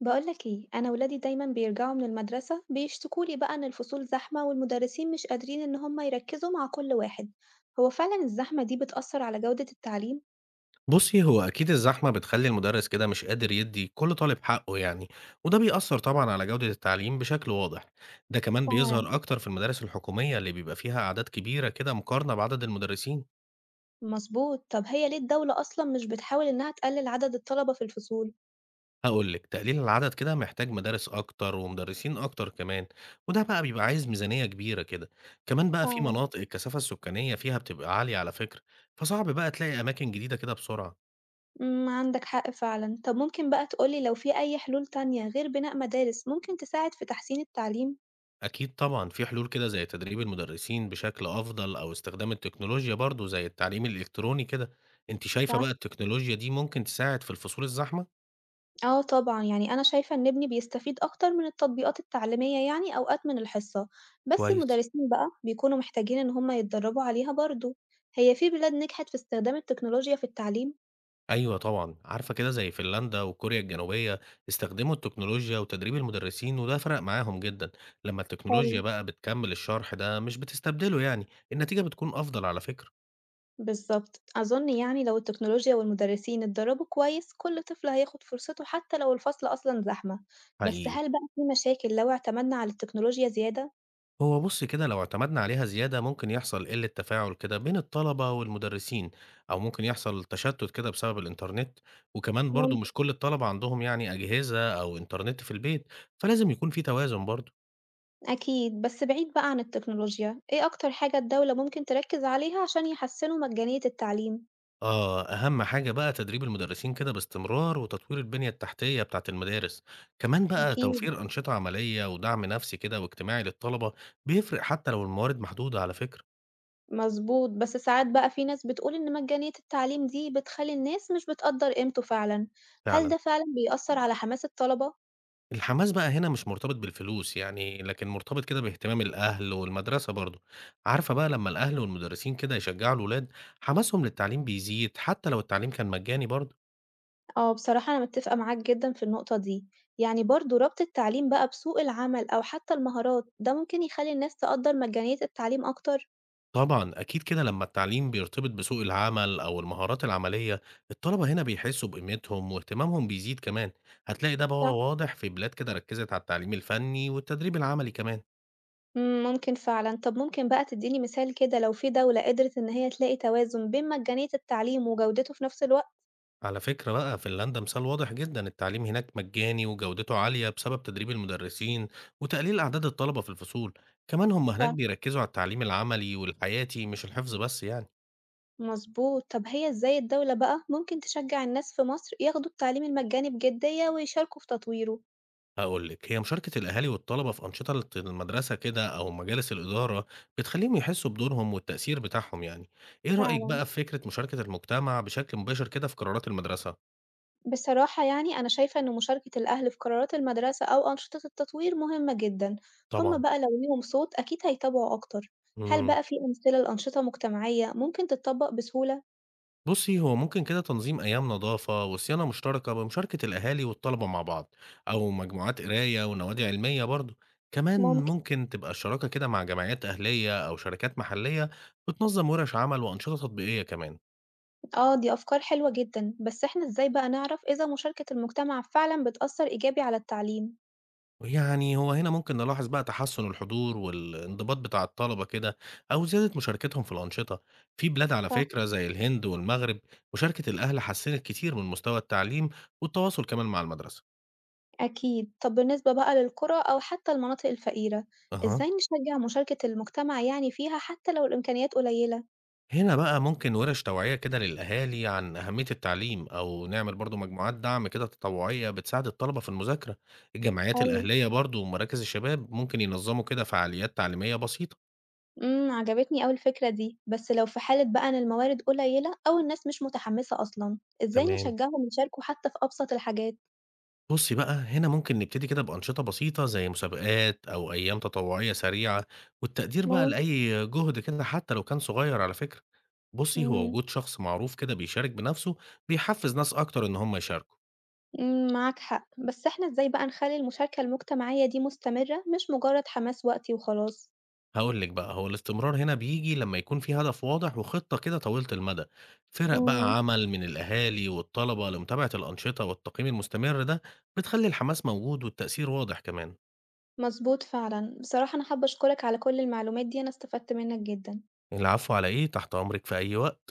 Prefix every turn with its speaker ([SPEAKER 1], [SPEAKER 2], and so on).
[SPEAKER 1] بقولك ايه، انا ولادي دايما بيرجعوا من المدرسة بيشتكولي بقى ان الفصول زحمة والمدرسين مش قادرين ان هم يركزوا مع كل واحد. هو فعلا الزحمة دي بتأثر على جودة التعليم.
[SPEAKER 2] بُصّي، هو أكيد الزحمة بتخلّي المدرس كده مش قادر يدّي كل طالب حقّه يعني، وده بيأثّر طبعًا على جودة التعليم بشكل واضح، ده كمان
[SPEAKER 1] فعلا
[SPEAKER 2] بيظهر أكتر في المدارس الحكومية اللي بيبقى فيها أعداد كبيرة كده مقارنة بعدد المدرسين،
[SPEAKER 1] مظبوط، طب هي ليه الدولة اصلا مش بتحاول انها تقلل عدد الطلبة في الفصول؟
[SPEAKER 2] هاقول لِك تقليل العدد كده محتاج مدارس أكتر ومدرسين أكتر كمان، وده بقى عايز ميزانية كبيرة كده، كمان بقى في
[SPEAKER 1] فعلا،
[SPEAKER 2] مناطق الكثافة السكانية فيها بتبقى عالية على فكرة، فصعب بقى تلاقي أماكن جديدة كده بسرعة.
[SPEAKER 1] عندك حق فعلا. طب ممكن بقى تقولي لو في اي حلول تانية غير بناء مدارس ممكن تساعد في تحسين التعليم؟
[SPEAKER 2] أكيد طبعًا، في حلول كده زي تدريب المدرسين بشكل أفضل أو استخدام التكنولوجيا برضه زي التعليم الإلكتروني كده، أنتِ شايفة بقى التكنولوجيا دي ممكن تساعد في الفصول الزحمة؟
[SPEAKER 1] آه طبعًا، يعني أنا شايفة إن ابني بيستفيد أكتر من التطبيقات التعليمية يعني أوقات من الحصة، بس
[SPEAKER 2] كويس.
[SPEAKER 1] المدرسين بقى بيكونوا محتاجين إن هم يتدربوا عليها برضه. هي في بلاد نجحت في استخدام التكنولوجيا في التعليم؟
[SPEAKER 2] أيوه طبعًا، عارفة كده زي فنلندا وكوريا الجنوبية استخدموا التكنولوجيا وتدريب المدرسين وده فرق معاهم جدًا، لما
[SPEAKER 1] حلو،
[SPEAKER 2] التكنولوجيا بقى بتكمل الشرح ده مش بتستبدله يعني، النتيجة بتكون أفضل على فكرة،
[SPEAKER 1] بالضبط، أظن يعني لو التكنولوجيا والمدرسين اتدربوا كويس كل طفل هياخد فرصته حتى لو الفصل أصلًا زحمة. بس
[SPEAKER 2] حقيقي.
[SPEAKER 1] هل بقى في مشاكل لو اعتمدنا على التكنولوجيا زيادة؟
[SPEAKER 2] هو بُص كده لو اعتمدنا عليها زيادة ممكن يحصل قِلّة تفاعل كده بين الطلبة والمدرسين، أو ممكن يحصل تشتُّت كده بسبب الإنترنت، وكمان برضه
[SPEAKER 1] ممكن،
[SPEAKER 2] مش كل الطلبة عندهم يعني أجهزة أو إنترنت في البيت، فلازم يكون في توازن برضه.
[SPEAKER 1] أكيد. بس بعيد بقى عن التكنولوجيا، إيه أكتر حاجة الدولة ممكن تركز عليها عشان يحسنوا مجانية التعليم؟
[SPEAKER 2] آه، أهم حاجة بقى تدريب المدرسين كده باستمرار وتطوير البنية التحتية بتاعة المدارس، كمان بقى
[SPEAKER 1] أكيد،
[SPEAKER 2] توفير أنشطة عملية ودعم نفسي كده واجتماعي للطلبة بيفرق حتى لو الموارد محدودة على فكرة،
[SPEAKER 1] مضبوط. بس ساعات بقى في ناس بتقول إن مجانية التعليم دي بتخلّي الناس مش بتقدّر قيمته فعلًا، هل
[SPEAKER 2] فعلًا.
[SPEAKER 1] ده فعلًا بيأثّر على حماس الطلبة؟
[SPEAKER 2] الحماس بقى هنا مش مرتبط بالفلوس يعني، لكن مرتبط كده باهتمام الأهل والمدرسة برضه، عارفة بقى لمّا الأهل والمدرسين كده يشجعوا الولاد، حماسهم للتعليم بيزيد حتى لو التعليم كان مجاني برضه.
[SPEAKER 1] آه، بصراحة أنا متّفقة معاك جدًا في النقطة دي، يعني برضه ربط التعليم بقى بسوق العمل أو حتى المهارات، ده ممكن يخلّي الناس تقدّر مجانية التعليم أكتر؟
[SPEAKER 2] طبعًا أكيد كده لمّا التعليم بيرتبط بسوق العمل أو المهارات العملية، الطلبة هنا بيحسوا بقيمتهم واهتمامهم بيزيد كمان، هتلاقي ده
[SPEAKER 1] صح،
[SPEAKER 2] بقى واضح في بلاد كده ركّزت على التعليم الفني والتدريب العملي كمان.
[SPEAKER 1] ممكن فعلًا. طَب ممكن بقى تدّيني مثال كده لو في دولة قدرت إن هي تلاقي توازن بين مجانية التعليم وجودته في نفْس الوقت؟
[SPEAKER 2] على فكرة بقى فنلندا مثال واضح جدا، التعليم هناك مجاني وجودته عالية بسبب تدريب المدرسين وتقليل أعداد الطلبة في الفصول، كمان هم هناك بيركزوا على التعليم العملي والحياتي مش الحفظ بس يعني.
[SPEAKER 1] مظبوط، طب هي إزاي الدولة بقى ممكن تشجع الناس في مصر ياخدوا التعليم المجاني بجدية ويشاركوا في تطويره؟
[SPEAKER 2] هقولك هي مشاركة الأهالي والطلبة في أنشطة المدرسة كده أو مجالس الإدارة بتخليهم يحسوا بدورهم والتأثير بتاعهم يعني، إيه رأيك
[SPEAKER 1] فعلا،
[SPEAKER 2] بقى في فكرة مشاركة المجتمع بشكل مباشر كده في قرارات المدرسة؟
[SPEAKER 1] بصراحة يعني أنا شايفة إن مشاركة الأهل في قرارات المدرسة أو أنشطة التطوير مهمة جدا، هما
[SPEAKER 2] طبعا.
[SPEAKER 1] بقى لو ليهم صوت أكيد هيتابعوا أكتر. هل
[SPEAKER 2] مم.
[SPEAKER 1] بقى في أمثلة لأنشطة مجتمعية ممكن تتطبق بسهولة؟
[SPEAKER 2] بُصّي، هو ممكن كده تنظيم أيام نضافة وصيانة مشتركة بمشاركة الأهالي والطلبة مع بعض، أو مجموعات قراية ونوادي علمية برضه، كمان
[SPEAKER 1] ممكن،
[SPEAKER 2] ممكن تبقى الشراكة كده مع جمعيات أهلية أو شركات محلية بتنظم ورش عمل وأنشطة تطبيقية كمان،
[SPEAKER 1] آه دي أفكار حلوة جدا. بس إحنا إزاي بقى نعرف إذا مشاركة المجتمع فعلا بتأثر إيجابي على التعليم؟
[SPEAKER 2] يعني هو هنا ممكن نلاحظ بقى تحسن الحضور والانضباط بتاع الطلبة كده، أو زيادة مشاركتهم في الأنشطة، في بلاد على
[SPEAKER 1] صح،
[SPEAKER 2] فكرة زي الهند والمغرب مشاركة الأهل حسنت كتير من مستوى التعليم والتواصل كمان مع المدرسة.
[SPEAKER 1] أكيد. طب بالنسبة بقى للقرى أو حتى المناطق الفقيرة،
[SPEAKER 2] أها.
[SPEAKER 1] إزاي نشجع مشاركة المجتمع يعني فيها حتى لو الإمكانيات قليلة؟
[SPEAKER 2] هنا بقى ممكن ورش توعية كده للأهالي عن أهمية التعليم أو نعمل برضو مجموعات دعم كده تطوعية بتساعد الطلبة في المذاكرة، الجمعيات
[SPEAKER 1] حلو.
[SPEAKER 2] الأهلية برضو ومراكز الشباب ممكن ينظموا كده فعاليات تعليمية بسيطة.
[SPEAKER 1] عجبتني أوي الفكرة دي، بس لو في حالة بقى إن الموارد قليلة أو الناس مش متحمسة أصلا، إزاي
[SPEAKER 2] تمام.
[SPEAKER 1] نشجعهم يشاركوا حتى في أبسط الحاجات؟
[SPEAKER 2] بصي بقى هنا ممكن نبتدي كده بأنشطة بسيطة زي مسابقات أو أيام تطوعية سريعة، والتقدير بقى
[SPEAKER 1] ممكن.
[SPEAKER 2] لأي جهد كده حتى لو كان صغير على فكرة. بصي هو
[SPEAKER 1] مم.
[SPEAKER 2] وجود شخص معروف كده بيشارك بنفسه بيحفز ناس أكتر إن هم يشاركوا.
[SPEAKER 1] معاك حق، بس إحنا إزاي بقى نخلي المشاركة المجتمعية دي مستمرة مش مجرد حماس وقتي وخلاص؟
[SPEAKER 2] هاقول لِك بقى، هو الاستمرار هنا بييجي لمّا يكون في هدف واضح وخطة كده طويلة المدى، فرق
[SPEAKER 1] مم.
[SPEAKER 2] بقى عمل من الأهالي والطلبة لمتابعة الأنشطة والتقييم المستمر ده بتخلّي الحماس موجود والتأثير واضح كمان.
[SPEAKER 1] مظبوط فعلا، بصراحة أنا حابة أشكرك على كل المعلومات دي، أنا استفدت منك جدا.
[SPEAKER 2] العفو على إيه، تحت أمرِك في أي وقت.